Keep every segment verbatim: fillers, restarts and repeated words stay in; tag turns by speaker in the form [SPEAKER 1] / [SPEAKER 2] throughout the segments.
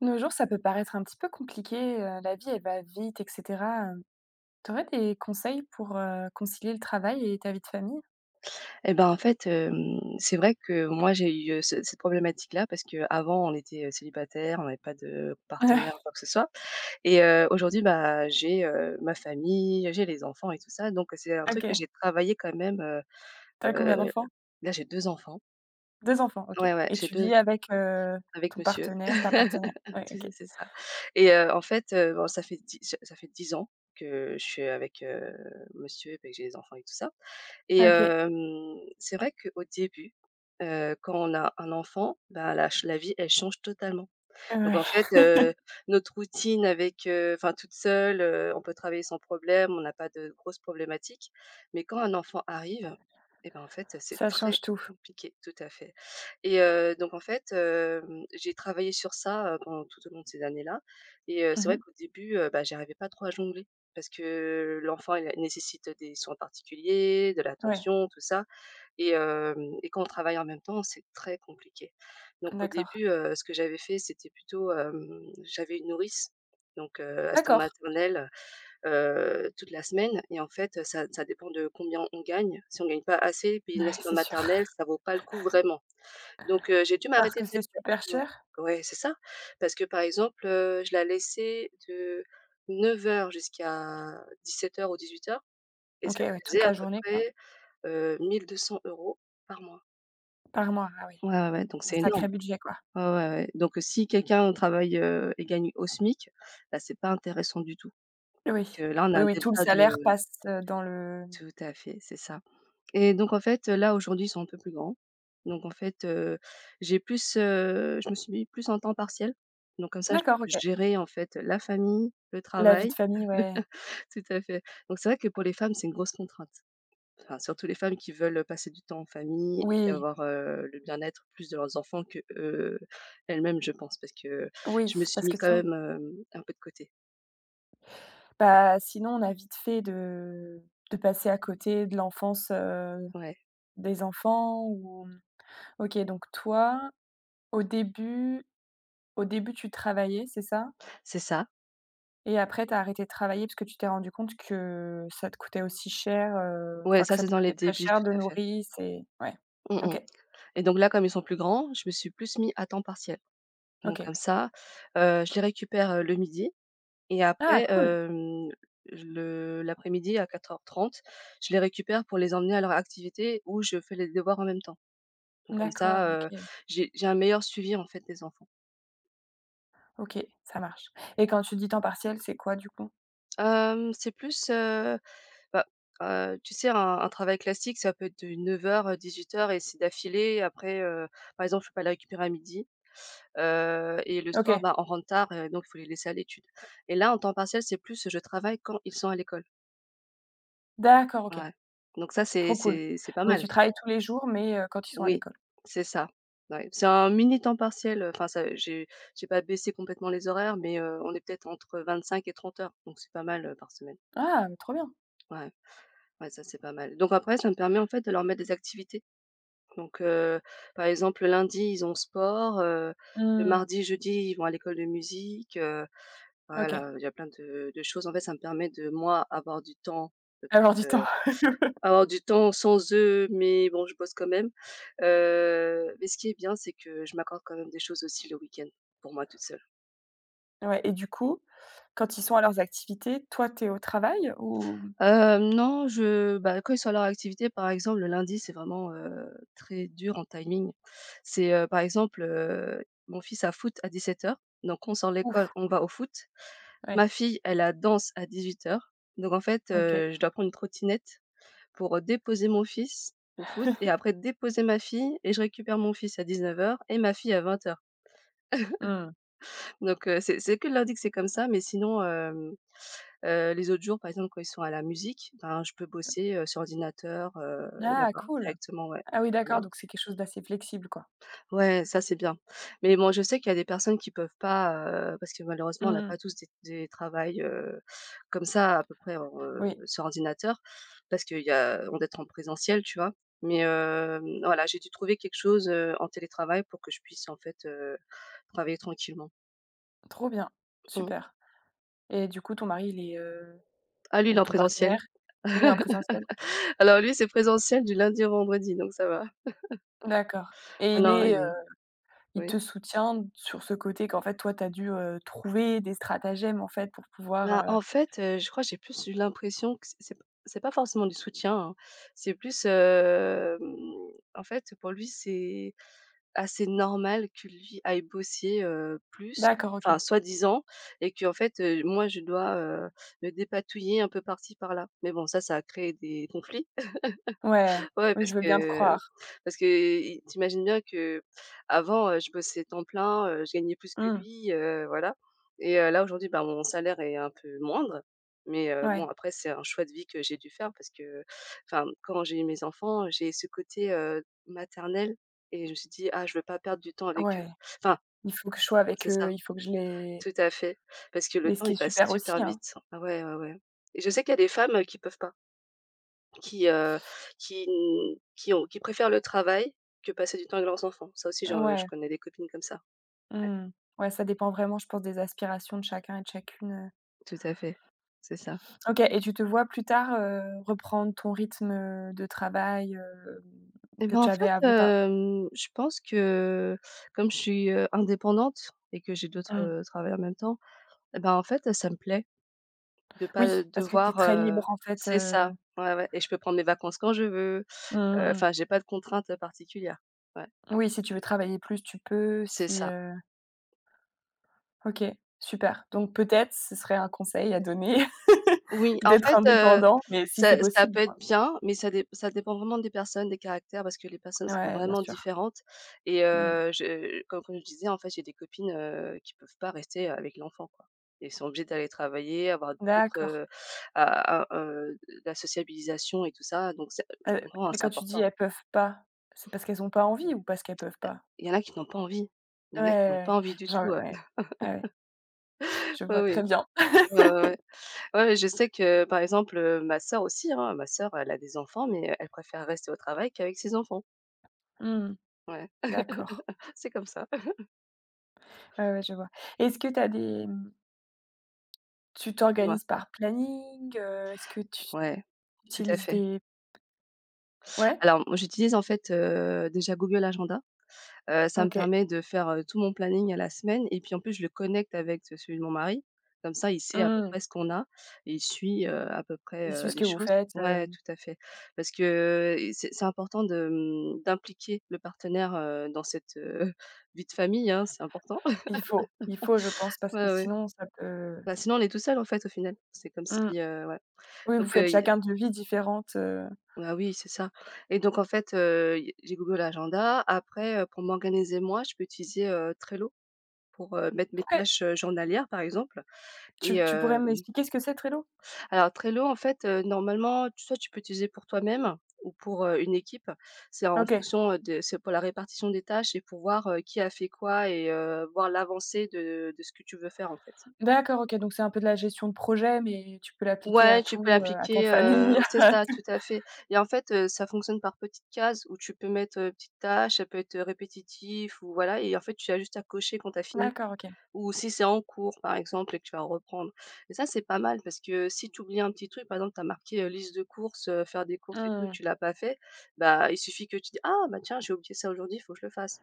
[SPEAKER 1] De nos jours, ça peut paraître un petit peu compliqué, heu, la vie elle va vite et cetera, Tu aurais des conseils pour heu, concilier le travail et ta vie de famille?
[SPEAKER 2] Et ben en fait, hem, c'est vrai que moi j'ai eu, heu, ce cette problématique-là parce que avant on était, heu, célibataires, on avait pas de partenaire ou quoi que ce soit. Et heu, aujourd'hui, bah, j'ai, heu, ma famille, j'ai les enfants et tout ça. Donc c'est un truc que
[SPEAKER 1] OK.
[SPEAKER 2] j'ai travaillé quand même, heu
[SPEAKER 1] T'as combien
[SPEAKER 2] heu,
[SPEAKER 1] d'enfants?
[SPEAKER 2] Là j'ai deux enfants.
[SPEAKER 1] Deux enfants, OK,
[SPEAKER 2] Ouais, ouais,
[SPEAKER 1] et
[SPEAKER 2] j'ai
[SPEAKER 1] tu vis
[SPEAKER 2] deux
[SPEAKER 1] avec, heu,
[SPEAKER 2] avec
[SPEAKER 1] ton
[SPEAKER 2] monsieur.
[SPEAKER 1] partenaire, ta partenaire? Ouais,
[SPEAKER 2] Tu sais,
[SPEAKER 1] OK.
[SPEAKER 2] c'est ça. Et heu, en fait, heu, bon, ça fait dix ça fait dix ans que je suis avec, heu, monsieur, et que j'ai les enfants et tout ça. Et
[SPEAKER 1] OK.
[SPEAKER 2] hem, c'est vrai qu'au début, heu, quand on a un enfant, ben la ch la vie, elle change totalement. Donc
[SPEAKER 1] Ouais,
[SPEAKER 2] en fait, heu, notre routine avec, heu enfin toute seule, heu, on peut travailler sans problème, on n'a pas de grosses problématiques. Mais quand un enfant arrive, et ben en fait, c'est
[SPEAKER 1] ça change
[SPEAKER 2] très
[SPEAKER 1] tout.
[SPEAKER 2] compliqué, tout à fait. Et heu, donc en fait, hem, j'ai travaillé sur ça, heu, pendant tout au long de ces années-là. Et heu, c'est vrai
[SPEAKER 1] Mmh.
[SPEAKER 2] qu'au début, heu, bah, j'arrivais pas trop à jongler parce que l'enfant il a nécessite des soins particuliers, de
[SPEAKER 1] Ouais,
[SPEAKER 2] l'attention, tout ça. Et hem et quand on travaille en même temps, c'est très compliqué. Donc au
[SPEAKER 1] d'accord.
[SPEAKER 2] début, heu, ce que j'avais fait, c'était plutôt, hem, j'avais une nourrice, donc heu, assistante
[SPEAKER 1] D'accord.
[SPEAKER 2] maternelle, heu, toute la semaine. Et en fait, ça ça dépend de combien on gagne. Si on gagne pas assez, payer
[SPEAKER 1] Ouais,
[SPEAKER 2] une assistante
[SPEAKER 1] c'est sûr.
[SPEAKER 2] maternelle, ça vaut pas le coup vraiment. Donc heu, j'ai dû
[SPEAKER 1] Parce
[SPEAKER 2] m'arrêter
[SPEAKER 1] que c'est
[SPEAKER 2] peut-être.
[SPEAKER 1] super cher?
[SPEAKER 2] Ouais, c'est ça, parce que par exemple, heu, je la laissais de neuf heures jusqu'à dix-sept heures ou dix-huit heures, et
[SPEAKER 1] OK,
[SPEAKER 2] ça
[SPEAKER 1] ouais, toute
[SPEAKER 2] faisait
[SPEAKER 1] la
[SPEAKER 2] à peu
[SPEAKER 1] journée, quoi?
[SPEAKER 2] près, heu, mille deux cents euros par mois.
[SPEAKER 1] Par mois, ah oui,
[SPEAKER 2] Ouais, ouais, ouais, donc
[SPEAKER 1] un
[SPEAKER 2] c'est énorme.
[SPEAKER 1] sacré budget, quoi?
[SPEAKER 2] Ouais, ouais, ouais. Donc, si quelqu'un travaille, heu, et gagne au SMIC, bah, c'est pas intéressant du tout.
[SPEAKER 1] Oui.
[SPEAKER 2] Parce que là, on a
[SPEAKER 1] Oui,
[SPEAKER 2] un
[SPEAKER 1] oui, tout le
[SPEAKER 2] delta
[SPEAKER 1] salaire
[SPEAKER 2] de
[SPEAKER 1] passe, heu, dans le
[SPEAKER 2] tout à fait, c'est ça. Et donc en fait, là, aujourd'hui, ils sont un peu plus grands. Donc en fait, heu, j'ai plus, heu, je me suis mis plus en temps partiel. Donc comme ça, je
[SPEAKER 1] d'accord,
[SPEAKER 2] peux
[SPEAKER 1] OK.
[SPEAKER 2] gérer, en fait, la famille, le
[SPEAKER 1] La vie de
[SPEAKER 2] travail.
[SPEAKER 1] famille, ouais.
[SPEAKER 2] Tout à fait. Donc c'est vrai que pour les femmes, c'est une grosse contrainte. Enfin, surtout les femmes qui veulent passer du temps en famille et puis
[SPEAKER 1] Oui,
[SPEAKER 2] avoir, heu, le bien-être plus de leurs enfants qu'eux elles-mêmes, je pense, parce que
[SPEAKER 1] oui,
[SPEAKER 2] je me suis
[SPEAKER 1] parce
[SPEAKER 2] mis
[SPEAKER 1] que
[SPEAKER 2] quand
[SPEAKER 1] sinon
[SPEAKER 2] même, hem, un peu de côté.
[SPEAKER 1] bah, sinon on a vite fait de de passer à côté de l'enfance, heu,
[SPEAKER 2] Ouais,
[SPEAKER 1] des enfants ou OK, donc toi, au début au début tu travaillais, c'est ça?
[SPEAKER 2] c'est ça.
[SPEAKER 1] Et après tu as arrêté de travailler parce que tu t'es rendu compte que ça te coûtait aussi cher, heu,
[SPEAKER 2] Ouais,
[SPEAKER 1] enfin que
[SPEAKER 2] ça,
[SPEAKER 1] ça
[SPEAKER 2] c'est
[SPEAKER 1] te
[SPEAKER 2] dans les
[SPEAKER 1] coûtait très
[SPEAKER 2] débuts,
[SPEAKER 1] cher de
[SPEAKER 2] tout à fait.
[SPEAKER 1] nourrir, c'est ouais.
[SPEAKER 2] Mmh mh.
[SPEAKER 1] OK,
[SPEAKER 2] Et donc là, comme ils sont plus grands, je me suis plus mis à temps partiel.
[SPEAKER 1] OK,
[SPEAKER 2] Donc comme
[SPEAKER 1] ouais.
[SPEAKER 2] ça, heu, je les récupère, heu, le midi et
[SPEAKER 1] Ah
[SPEAKER 2] après,
[SPEAKER 1] cool!
[SPEAKER 2] hem, le l'après-midi à quatorze heures trente, je les récupère pour les emmener à leur activité où je fais les devoirs en même temps. Donc comme ça,
[SPEAKER 1] D'accord, OK,
[SPEAKER 2] heu, j'ai j'ai un meilleur suivi en fait des enfants.
[SPEAKER 1] OK, ça marche. Et
[SPEAKER 2] Ouais.
[SPEAKER 1] quand tu dis temps partiel, c'est quoi du coup?
[SPEAKER 2] Hem, c'est plus, heu, bah, heu, tu sais, un un travail classique, ça peut être de neuf heures, heu, dix-huit heures et c'est d'affilée. Après, heu, par exemple, je peux pas les récupérer à midi, heu et le soir,
[SPEAKER 1] OK,
[SPEAKER 2] bah, on rentre tard et donc il faut les laisser à l'étude. Et là, en temps partiel, c'est plus je travaille quand ils sont à l'école.
[SPEAKER 1] d'accord, OK.
[SPEAKER 2] Ouais, donc ça,
[SPEAKER 1] Trop
[SPEAKER 2] c'est
[SPEAKER 1] cool.
[SPEAKER 2] c'est c'est pas
[SPEAKER 1] Mais
[SPEAKER 2] mal.
[SPEAKER 1] tu travailles tous les jours, mais heu, quand ils sont à
[SPEAKER 2] Oui,
[SPEAKER 1] l'école?
[SPEAKER 2] c'est ça. Ouais, c'est un mini temps partiel, heu, enfin ça, j'ai j'ai pas baissé complètement les horaires, mais heu, on est peut-être entre vingt-cinq et trente heures, donc c'est pas mal, heu, par semaine.
[SPEAKER 1] Ah, mais trop bien.
[SPEAKER 2] Ouais, ouais, ça c'est pas mal. Donc après, ça me permet en fait de leur mettre des activités. Donc heu, par exemple, le lundi, ils ont sport, heu, le
[SPEAKER 1] Mmh.
[SPEAKER 2] mardi, jeudi, ils vont à l'école de musique, heu,
[SPEAKER 1] OK.
[SPEAKER 2] voilà, il y a plein de de choses. En fait, ça me permet de moi avoir du temps, peut-être,
[SPEAKER 1] Alors du temps.
[SPEAKER 2] avoir du temps sans eux, mais bon, je bosse quand même. Heu, mais ce qui est bien, c'est que je m'accorde quand même des choses aussi le week-end, pour moi toute seule.
[SPEAKER 1] Ouais et du coup, quand ils sont à leurs activités, toi, tu es au travail ou
[SPEAKER 2] Hem, non, je bah, quand ils sont à leur activité, par exemple, le lundi, c'est vraiment, heu, très dur en timing. C'est, heu, par exemple, heu, mon fils a foot à dix-sept heures, donc on sort de l'école,
[SPEAKER 1] ouf,
[SPEAKER 2] on va au foot.
[SPEAKER 1] ouais,
[SPEAKER 2] Ma fille, elle a danse à dix-huit heures, donc en fait,
[SPEAKER 1] OK.
[SPEAKER 2] heu, je dois prendre une trottinette pour déposer mon fils au foot et après déposer ma fille, et je récupère mon fils à dix-neuf heures et ma fille à vingt heures.
[SPEAKER 1] Mmh.
[SPEAKER 2] Donc, heu, c'est c'est que le lundi que c'est comme ça, mais sinon, hem, heu, les autres jours, par exemple, quand ils sont à la musique, ben, je peux bosser, heu, sur ordinateur, heu,
[SPEAKER 1] Ah
[SPEAKER 2] là-bas
[SPEAKER 1] cool.
[SPEAKER 2] directement, ouais,
[SPEAKER 1] Ah oui,
[SPEAKER 2] c'est pas
[SPEAKER 1] d'accord,
[SPEAKER 2] mal.
[SPEAKER 1] donc c'est quelque chose d'assez flexible, quoi.
[SPEAKER 2] Ouais, ça c'est bien. Mais bon, je sais qu'il y a des personnes qui peuvent pas, heu, parce que malheureusement on n'a
[SPEAKER 1] Mmh.
[SPEAKER 2] pas tous des des travails, heu, comme ça à peu près, heu,
[SPEAKER 1] Oui,
[SPEAKER 2] sur ordinateur parce qu'il y a on doit être en présentiel, tu vois? Mais, hem, voilà, j'ai dû trouver quelque chose, heu, en télétravail pour que je puisse en fait, heu, travailler tranquillement.
[SPEAKER 1] trop bien,
[SPEAKER 2] Mmh.
[SPEAKER 1] super. Et du coup, ton mari, il est, heu,
[SPEAKER 2] Ah lui, il
[SPEAKER 1] ou
[SPEAKER 2] est en
[SPEAKER 1] ton
[SPEAKER 2] présentiel.
[SPEAKER 1] partenaire, il est en présentiel?
[SPEAKER 2] Alors lui, c'est présentiel du lundi au vendredi, donc ça va.
[SPEAKER 1] D'accord. Et
[SPEAKER 2] Ah
[SPEAKER 1] il
[SPEAKER 2] non,
[SPEAKER 1] est, heu
[SPEAKER 2] il
[SPEAKER 1] Il
[SPEAKER 2] oui.
[SPEAKER 1] te soutient sur ce côté qu'en fait, toi, tu as dû, heu, trouver des stratagèmes, en fait, pour pouvoir,
[SPEAKER 2] Bah,
[SPEAKER 1] heu
[SPEAKER 2] en fait, heu, je crois que j'ai plus eu l'impression que c c'est p c'est pas forcément du soutien, hein. C'est plus, hem, en fait, pour lui, c'est assez normal que lui aille bosser, heu, plus,
[SPEAKER 1] d'accord, OK.
[SPEAKER 2] enfin soi-disant, et que en fait, heu, moi je dois, heu, me dépatouiller un peu par-ci par-là. Mais bon ça, ça a créé des conflits.
[SPEAKER 1] Ouais,
[SPEAKER 2] Ouais,
[SPEAKER 1] oui, je
[SPEAKER 2] parce
[SPEAKER 1] veux bien te
[SPEAKER 2] que
[SPEAKER 1] croire.
[SPEAKER 2] parce que i tu imagines bien qu'avant, heu, je bossais temps plein, heu, je gagnais plus que
[SPEAKER 1] Mmh.
[SPEAKER 2] lui, heu, voilà. Et heu, là, aujourd'hui, bah, mon salaire est un peu moindre, mais heu,
[SPEAKER 1] Ouais,
[SPEAKER 2] bon, après c'est un choix de vie que j'ai dû faire parce que, enfin, quand j'ai eu mes enfants, j'ai ce côté, heu, maternel, et je me suis dit: «Ah, je veux pas perdre du temps avec eux».
[SPEAKER 1] ouais.
[SPEAKER 2] Enfin,
[SPEAKER 1] Il faut que je sois avec
[SPEAKER 2] c'est ça,
[SPEAKER 1] eux, il faut que je les
[SPEAKER 2] tout à fait, parce que le
[SPEAKER 1] mais ce
[SPEAKER 2] temps,
[SPEAKER 1] qui est
[SPEAKER 2] il passe
[SPEAKER 1] super
[SPEAKER 2] super
[SPEAKER 1] aussi, hein.
[SPEAKER 2] vite. Ah ouais, ouais, ouais. Et je sais qu'il y a des femmes, heu, qui peuvent pas. Qui, heu, qui n qui ont qui préfèrent le travail que passer du temps avec leurs enfants. Ça aussi, j'en je
[SPEAKER 1] Ouais.
[SPEAKER 2] connais des copines comme ça.
[SPEAKER 1] Mmh. Ouais, ça dépend vraiment, je pense, des aspirations de chacun et de chacune,
[SPEAKER 2] Tout à fait, c'est ça.
[SPEAKER 1] OK, et tu te vois plus tard, heu, reprendre ton rythme, heu, de travail, heu,
[SPEAKER 2] Et
[SPEAKER 1] que
[SPEAKER 2] ben,
[SPEAKER 1] tu
[SPEAKER 2] en
[SPEAKER 1] avais
[SPEAKER 2] fait,
[SPEAKER 1] avant ta
[SPEAKER 2] hem, je pense que comme je suis, heu, indépendante et que j'ai d'autres,
[SPEAKER 1] mmh.
[SPEAKER 2] heu, travails en même temps, et ben, en fait, ça me plaît de pas
[SPEAKER 1] Oui, parce que tu es
[SPEAKER 2] devoir,
[SPEAKER 1] très
[SPEAKER 2] heu
[SPEAKER 1] libre, en fait,
[SPEAKER 2] c'est
[SPEAKER 1] heu.
[SPEAKER 2] ça, ouais, ouais. Et je peux prendre mes vacances quand je veux,
[SPEAKER 1] Mmh
[SPEAKER 2] heu,
[SPEAKER 1] mmh, mmh.
[SPEAKER 2] enfin, j'ai pas de contraintes particulières. Ouais,
[SPEAKER 1] Ah oui, si tu veux travailler plus, tu peux,
[SPEAKER 2] c'est
[SPEAKER 1] si,
[SPEAKER 2] ça.
[SPEAKER 1] heu OK, super. Donc peut-être, ce serait un conseil à donner
[SPEAKER 2] Oui, en
[SPEAKER 1] d'être
[SPEAKER 2] fait, heu,
[SPEAKER 1] indépendant, mais si c'est
[SPEAKER 2] ça ça
[SPEAKER 1] possible,
[SPEAKER 2] peut être
[SPEAKER 1] quoi.
[SPEAKER 2] bien, mais ça dé ça dépend vraiment des personnes, des caractères, parce que les personnes sont
[SPEAKER 1] Ouais, bien
[SPEAKER 2] vraiment
[SPEAKER 1] sûr.
[SPEAKER 2] différentes. Et
[SPEAKER 1] Mmh.
[SPEAKER 2] heu, je comme comme je disais, en fait, j'ai des copines, heu, qui peuvent pas rester avec l'enfant, quoi, et sont obligées d'aller travailler, avoir d'autres,
[SPEAKER 1] D'accord.
[SPEAKER 2] heu, a a heu, la sociabilisation et tout ça, donc c'est je
[SPEAKER 1] Heu,
[SPEAKER 2] comprends, hein,
[SPEAKER 1] mais
[SPEAKER 2] c'est
[SPEAKER 1] quand tu dis:
[SPEAKER 2] important.
[SPEAKER 1] «Elles peuvent pas», c'est parce qu'elles ont pas envie ou parce qu'elles peuvent pas?
[SPEAKER 2] Il y en a qui n'ont pas envie, il
[SPEAKER 1] Ouais,
[SPEAKER 2] y en a qui
[SPEAKER 1] ouais,
[SPEAKER 2] n'ont
[SPEAKER 1] ouais.
[SPEAKER 2] pas envie du
[SPEAKER 1] Genre
[SPEAKER 2] tout, heu,
[SPEAKER 1] ouais. Ouais, ouais, je
[SPEAKER 2] oui,
[SPEAKER 1] vois très
[SPEAKER 2] oui.
[SPEAKER 1] bien.
[SPEAKER 2] Ouais, ouais, ouais. Ouais, ouais, je sais que, par exemple, heu, ma sœur aussi, hein, ma sœur, elle a des enfants, mais elle préfère rester au travail qu'avec ses enfants.
[SPEAKER 1] Mmh,
[SPEAKER 2] Ouais,
[SPEAKER 1] d'accord.
[SPEAKER 2] c'est comme ça.
[SPEAKER 1] Ouais, ouais, je vois. Est-ce que t'as des, mmh tu
[SPEAKER 2] Dis-moi?
[SPEAKER 1] t'organises par planning, heu, est-ce que tu
[SPEAKER 2] Ouais, tout à
[SPEAKER 1] utilises
[SPEAKER 2] fait.
[SPEAKER 1] des ouais?
[SPEAKER 2] Alors, moi, j'utilise en fait, heu, déjà Google Agenda, heu, ça me
[SPEAKER 1] OK.
[SPEAKER 2] permet de faire, heu, tout mon planning à la semaine et puis en plus je le connecte avec euh, celui de mon mari. Comme ça, il sait à peu
[SPEAKER 1] Mmh.
[SPEAKER 2] près ce qu'on a et il suit, heu, à peu près,
[SPEAKER 1] Ils suivent
[SPEAKER 2] heu,
[SPEAKER 1] ce
[SPEAKER 2] les
[SPEAKER 1] que vous
[SPEAKER 2] choses.
[SPEAKER 1] faites, heu
[SPEAKER 2] Ouais, tout à fait. Parce que et c'est c'est important de, mmh, d'impliquer le partenaire, heu, dans cette, heu, vie de famille, hein, c'est important.
[SPEAKER 1] Il faut il faut, je pense, parce que
[SPEAKER 2] Ouais, ouais.
[SPEAKER 1] sinon ça peut
[SPEAKER 2] Bah, sinon on est tout seul en fait au final. C'est comme
[SPEAKER 1] mmh.
[SPEAKER 2] si, heu, ouais.
[SPEAKER 1] Oui, vous
[SPEAKER 2] Donc, heu
[SPEAKER 1] faites chacun deux vies différentes, heu.
[SPEAKER 2] bah, oui, c'est ça. Et donc en fait, heu, y j'ai Google Agenda. Après, heu, pour m'organiser moi, je peux utiliser, heu, Trello pour, heu, mettre mes
[SPEAKER 1] OK.
[SPEAKER 2] tâches, heu, journalières, par exemple.
[SPEAKER 1] Tu
[SPEAKER 2] Et
[SPEAKER 1] tu pourrais
[SPEAKER 2] heu,
[SPEAKER 1] m'expliquer ce que c'est Trello?
[SPEAKER 2] alors Trello, en fait, heu, normalement, tu- soit tu peux utiliser pour toi-même ou pour, heu, une équipe. C'est en
[SPEAKER 1] OK.
[SPEAKER 2] fonction, heu, de c'est pour la répartition des tâches et pour voir, heu, qui a fait quoi, et heu, voir l'avancée de de ce que tu veux faire, en fait.
[SPEAKER 1] D'accord, OK, donc c'est un peu de la gestion de projet, mais tu peux l'appliquer à
[SPEAKER 2] Ouais, tu peux
[SPEAKER 1] tout, heu, à ta
[SPEAKER 2] l'appliquer.
[SPEAKER 1] famille.
[SPEAKER 2] Heu c'est ça, tout à fait. Et en fait, heu, ça fonctionne par petites cases où tu peux mettre, heu, petite tâche, ça peut être, heu, répétitif ou voilà. Et en fait, tu as juste à cocher quand tu as fini,
[SPEAKER 1] D'accord, OK.
[SPEAKER 2] ou si c'est en cours, par exemple, et que tu vas reprendre. Et ça, c'est pas mal parce que si tu oublies un petit truc, par exemple, tu as marqué, heu, liste de courses, heu, faire des courses et tout,
[SPEAKER 1] Mmh.
[SPEAKER 2] tu l'as pas fait, bah, il suffit que tu dis: «Ah bah, tiens, j'ai oublié ça aujourd'hui, il faut que je le fasse».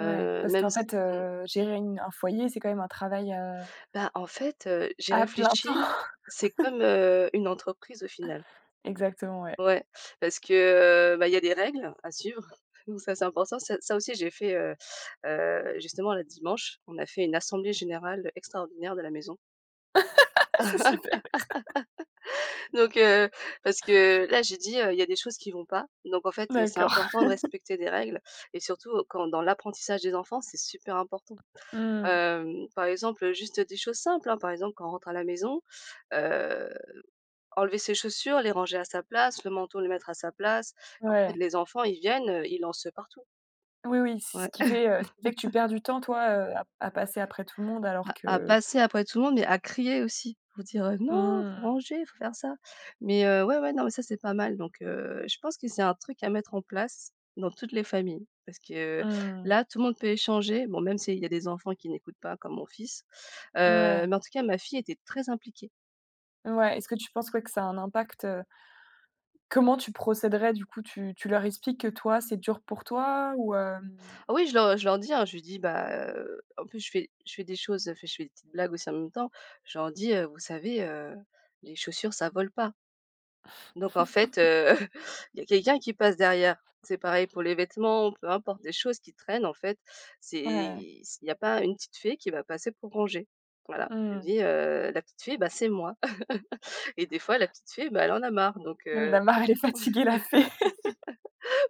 [SPEAKER 1] Ouais, parce
[SPEAKER 2] même
[SPEAKER 1] qu'en
[SPEAKER 2] s
[SPEAKER 1] fait,
[SPEAKER 2] mmh,
[SPEAKER 1] heu, gérer une un foyer, c'est quand même un travail, heu,
[SPEAKER 2] Bah, en fait, heu, j'ai
[SPEAKER 1] à plein
[SPEAKER 2] réfléchi,
[SPEAKER 1] temps.
[SPEAKER 2] c'est comme, heu, une entreprise au final.
[SPEAKER 1] Exactement, ouais.
[SPEAKER 2] Ouais, parce que, heu, bah, il y a des règles à suivre, donc ça, c'est important. Ça ça aussi, j'ai fait, heu heu, justement, la dimanche, on a fait une assemblée générale extraordinaire de la maison.
[SPEAKER 1] C'est super.
[SPEAKER 2] Donc heu, Parce que là, j'ai dit, heu: «Il y a des choses qui vont pas», donc en fait, c'est
[SPEAKER 1] D'accord.
[SPEAKER 2] important de respecter des règles. Et surtout, heu, quand dans l'apprentissage des enfants, c'est super important.
[SPEAKER 1] Mmh.
[SPEAKER 2] Hem, par exemple, juste des choses simples, hein, par exemple, quand on rentre à la maison, enlever ses chaussures, les ranger à sa place, le manteau, le mettre à sa place. En
[SPEAKER 1] Ouais.
[SPEAKER 2] fait, les enfants, ils viennent, heu, ils lancent partout.
[SPEAKER 1] Oui, oui, c'est ce
[SPEAKER 2] Ouais,
[SPEAKER 1] qui fait, heu, ce qui fait que tu perds du temps, toi, heu, à à passer après tout le monde alors
[SPEAKER 2] à à
[SPEAKER 1] que
[SPEAKER 2] passer après tout le monde, mais à crier aussi pour dire, heu: «Non, faut
[SPEAKER 1] mmh.
[SPEAKER 2] ranger, faut faire ça». Mais, heu, ouais, ouais, non, mais ça, c'est pas mal, donc, heu, je pense que c'est un truc à mettre en place dans toutes les familles parce que
[SPEAKER 1] Mmh.
[SPEAKER 2] là, tout le monde peut échanger. Bon, même s'il y a des enfants qui n'écoutent pas comme mon fils,
[SPEAKER 1] Ouais,
[SPEAKER 2] heu, mais en tout cas, ma fille était très impliquée.
[SPEAKER 1] ouais. Est-ce que tu penses, ouais, que ça a un impact, heu comment tu procéderais du coup? Tu tu leur expliques que toi, c'est dur pour toi ou hem?
[SPEAKER 2] Ah oui, je leur je leur dis, hein, je lui dis: «Bah, heu» en plus je fais je fais des choses, enfin, je fais des petites blagues aussi en même temps. Je leur dis, heu: «Vous savez, heu, les chaussures, ça vole pas». Donc en fait, heu, il y a quelqu'un qui passe derrière. C'est pareil pour les vêtements, peu importe, des choses qui traînent, en fait, c'est
[SPEAKER 1] Ouais.
[SPEAKER 2] il n'y a pas une petite fée qui va passer pour ranger. Voilà, je lui
[SPEAKER 1] Mmh.
[SPEAKER 2] dis, heu: «La petite fée, bah, c'est moi». Et des fois la petite fée, bah, elle en a marre, donc
[SPEAKER 1] Elle
[SPEAKER 2] heu
[SPEAKER 1] en Elle est fatiguée la fée.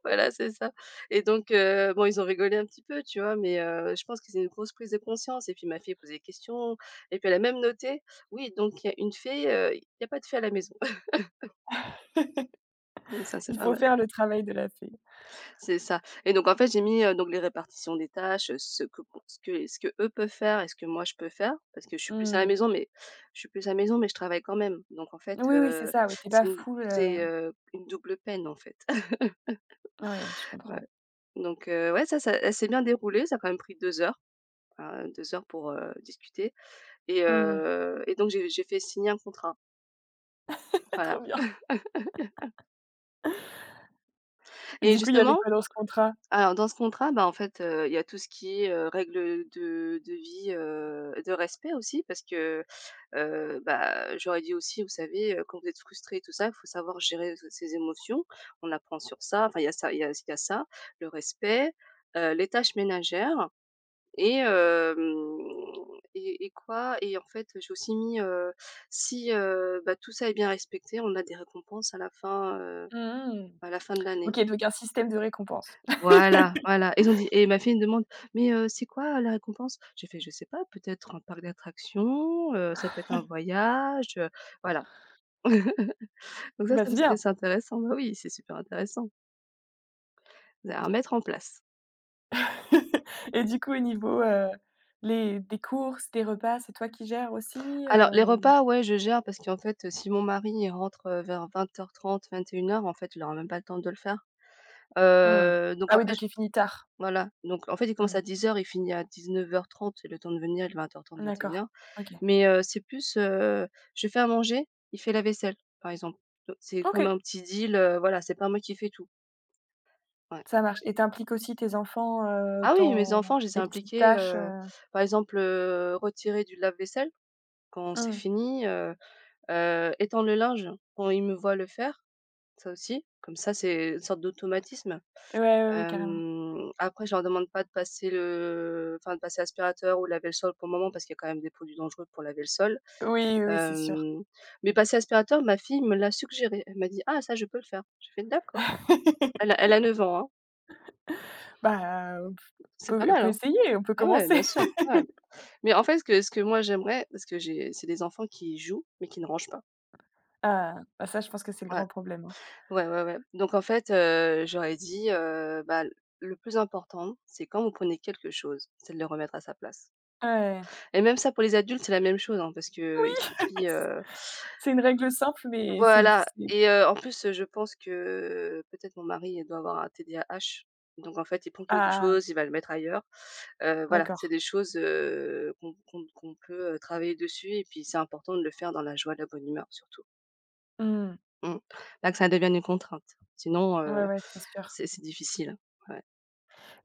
[SPEAKER 2] voilà, c'est ça. Et donc, heu, bon, ils ont rigolé un petit peu, tu vois? Mais, heu, je pense que c'est une grosse prise de conscience. Et puis ma fille posait des questions, et puis elle a même noté: «Oui, donc il y a une fée, heu, il y a pas de fée à la maison». Donc ça, c'est
[SPEAKER 1] Il
[SPEAKER 2] pas
[SPEAKER 1] faut
[SPEAKER 2] mal.
[SPEAKER 1] faire le travail de la fée.
[SPEAKER 2] C'est ça. Et donc en fait, j'ai mis, heu, donc les répartitions des tâches, heu, ce que ce que ce que eux peuvent faire et ce que moi je peux faire parce que je suis plus à la
[SPEAKER 1] Mmh.
[SPEAKER 2] maison, mais je suis plus à la maison mais je travaille quand même. Donc en fait,
[SPEAKER 1] Oui, oui, c'est
[SPEAKER 2] heu,
[SPEAKER 1] ça, oui, t'es pas
[SPEAKER 2] c'est une
[SPEAKER 1] full, heu
[SPEAKER 2] c'est, heu, une double peine, en fait.
[SPEAKER 1] oui, je
[SPEAKER 2] Ouais,
[SPEAKER 1] comprends.
[SPEAKER 2] donc, heu, ouais, ça ça elle s'est bien déroulé. Ça a quand même pris deux heures, enfin, 2 heures pour, heu, discuter. Et
[SPEAKER 1] Mmh.
[SPEAKER 2] heu et donc, j'ai j'ai fait signer un contrat,
[SPEAKER 1] Trop
[SPEAKER 2] voilà.
[SPEAKER 1] bien.
[SPEAKER 2] Et
[SPEAKER 1] Du coup, il y avait
[SPEAKER 2] justement,
[SPEAKER 1] quoi dans ce contrat?
[SPEAKER 2] alors dans ce contrat, bah, en fait, heu, il y a tout ce qui est, heu, règles de de vie, heu, de respect aussi, parce que, heu, bah, j'aurais dit aussi: «Vous savez, heu, quand vous êtes frustré et tout ça, il faut savoir gérer s ses émotions. On apprend sur ça». Enfin, il y a ça, il y a il y a ça, le respect, heu, les tâches ménagères. Et hem et et quoi? Et en fait, j'ai aussi mis, heu, si, heu, bah, tout ça est bien respecté, on a des récompenses à la fin, heu,
[SPEAKER 1] Mmh.
[SPEAKER 2] à la fin de l'année.
[SPEAKER 1] OK, donc un système de récompense.
[SPEAKER 2] Voilà, voilà. Ils ont dit et ma fille me demande: «Mais, heu, c'est quoi la récompense?» J'ai fait: «Je sais pas, peut-être un parc d'attractions, heu, ça peut être un voyage, heu», voilà. Donc ça,
[SPEAKER 1] Bah,
[SPEAKER 2] ça
[SPEAKER 1] c'est
[SPEAKER 2] me c'est
[SPEAKER 1] bien.
[SPEAKER 2] c'est intéressant. Bah oui, c'est super intéressant. C'est à mettre en place.
[SPEAKER 1] Et du coup, au niveau, heu, les des courses, des repas, c'est toi qui gères aussi,
[SPEAKER 2] Alors
[SPEAKER 1] heu,
[SPEAKER 2] les
[SPEAKER 1] ou?
[SPEAKER 2] repas, ouais, je gère parce qu'en fait, euh, si mon mari, il rentre, heu, vers vingt heures trente, vingt et une heures, en fait, il aura même pas le temps de le faire.
[SPEAKER 1] Mmh.
[SPEAKER 2] Heu, donc
[SPEAKER 1] Ah
[SPEAKER 2] en
[SPEAKER 1] oui,
[SPEAKER 2] fait, j
[SPEAKER 1] donc il finit tard.
[SPEAKER 2] Voilà, donc en fait, il commence
[SPEAKER 1] Mmh.
[SPEAKER 2] à dix heures, il finit à dix-neuf heures trente, le temps de venir, il est vingt heures trente, vingt et une
[SPEAKER 1] D'accord.
[SPEAKER 2] heures.
[SPEAKER 1] OK.
[SPEAKER 2] Mais, heu, c'est plus, heu, je fais à manger, il fait la vaisselle, par exemple. Do C'est comme
[SPEAKER 1] OK,
[SPEAKER 2] un petit deal, heu, voilà, c'est pas moi qui fais tout. Ouais.
[SPEAKER 1] ça marche et t'impliques aussi tes enfants, heu,
[SPEAKER 2] Ah oui, mes
[SPEAKER 1] dans
[SPEAKER 2] enfants, je les ai
[SPEAKER 1] les petites
[SPEAKER 2] impliqués,
[SPEAKER 1] tâches,
[SPEAKER 2] heu,
[SPEAKER 1] heu?
[SPEAKER 2] par exemple, heu, retirer du lave-vaisselle quand c'est
[SPEAKER 1] Mmh.
[SPEAKER 2] fini, heu, heu, étendre le linge quand ils me voient le faire. Ça aussi, comme ça, c'est une sorte d'automatisme.
[SPEAKER 1] Ouais, ouais, ouais, carrément.
[SPEAKER 2] Hem, après, je leur demande pas de passer le enfin de passer aspirateur ou laver le sol pour le moment, parce qu'il y a quand même des produits dangereux pour laver le sol.
[SPEAKER 1] Oui, oui, c'est sûr.
[SPEAKER 2] Hem, mais passer aspirateur, ma fille me l'a suggéré. Elle m'a dit: «Ah ça, je peux le faire». J'ai fait: «D'accord». Elle a elle a neuf ans, hein.
[SPEAKER 1] Bah, on
[SPEAKER 2] C'est pas
[SPEAKER 1] peut on
[SPEAKER 2] mal,
[SPEAKER 1] peut
[SPEAKER 2] hein.
[SPEAKER 1] essayer, on peut
[SPEAKER 2] Ah ouais, bien
[SPEAKER 1] commencer.
[SPEAKER 2] sûr, ouais. Mais en fait, ce que ce que moi j'aimerais, parce que j'ai c'est des enfants qui jouent, mais qui ne rangent pas.
[SPEAKER 1] Ah, bah, ça, je pense que c'est le
[SPEAKER 2] Ouais.
[SPEAKER 1] grand problème, hein.
[SPEAKER 2] Ouais, ouais, ouais. Donc en fait, heu, j'aurais dit, heu, bah, le plus important, c'est quand vous prenez quelque chose, c'est de le remettre à sa place.
[SPEAKER 1] Ouais,
[SPEAKER 2] Et même ça pour les adultes, c'est la même chose, hein, parce qu'il suffit, heu
[SPEAKER 1] c'est une règle simple, mais c'est du
[SPEAKER 2] voilà.
[SPEAKER 1] c'est
[SPEAKER 2] Et, heu, en plus, je pense que peut-être mon mari doit avoir un T D A H. Donc en fait, il prend quelque
[SPEAKER 1] ah,
[SPEAKER 2] chose, il va le mettre ailleurs. Heu, voilà, c'est
[SPEAKER 1] d'accord.
[SPEAKER 2] des choses, heu, qu'on qu'on qu'on peut, heu, travailler dessus. Et puis c'est important de le faire dans la joie, la bonne humeur surtout.
[SPEAKER 1] Mmh.
[SPEAKER 2] Mmh. Bah, que ça devienne une contrainte. Sinon, heu,
[SPEAKER 1] Ouais, ouais, c'est sûr.
[SPEAKER 2] c'est c'est difficile. Ouais.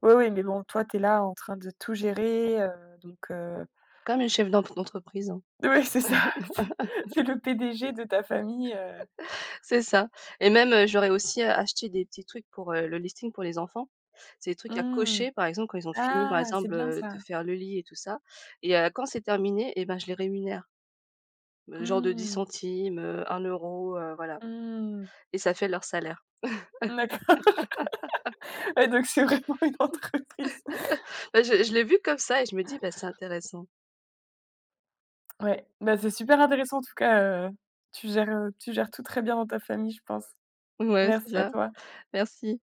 [SPEAKER 1] Oui, oui, mais bon, toi, t'es là en train de tout gérer, heu, donc heu,
[SPEAKER 2] Comme une chef d'empre d'entreprise, hein.
[SPEAKER 1] ouais, c'est ça, c'est c'est le P D G de ta famille, heu,
[SPEAKER 2] C'est ça. Et même, heu, j'aurais aussi, heu, acheté des petits trucs pour, heu, le listing pour les enfants. C'est des trucs à
[SPEAKER 1] mmh.
[SPEAKER 2] cocher, par exemple, quand ils ont fini, par
[SPEAKER 1] Ah, c'est
[SPEAKER 2] exemple,
[SPEAKER 1] bien
[SPEAKER 2] heu,
[SPEAKER 1] ça.
[SPEAKER 2] de faire le lit et tout ça. Et heu, quand c'est terminé, et ben, je les rémunère. Heu, genre de dix
[SPEAKER 1] Mmh,
[SPEAKER 2] centimes, heu, un euro €, heu, voilà,
[SPEAKER 1] mmh.
[SPEAKER 2] et ça fait leur salaire.
[SPEAKER 1] D'accord. Ouais, donc c'est vraiment une entreprise.
[SPEAKER 2] Bah, je je l'ai vu comme ça et je me dis: «Bah, c'est intéressant».
[SPEAKER 1] Ouais, bah, c'est super intéressant en tout cas, heu, tu gères, heu, tu gères tout très bien dans ta famille, je pense.
[SPEAKER 2] Ouais, c'est
[SPEAKER 1] Merci à
[SPEAKER 2] ça.
[SPEAKER 1] toi.
[SPEAKER 2] Merci.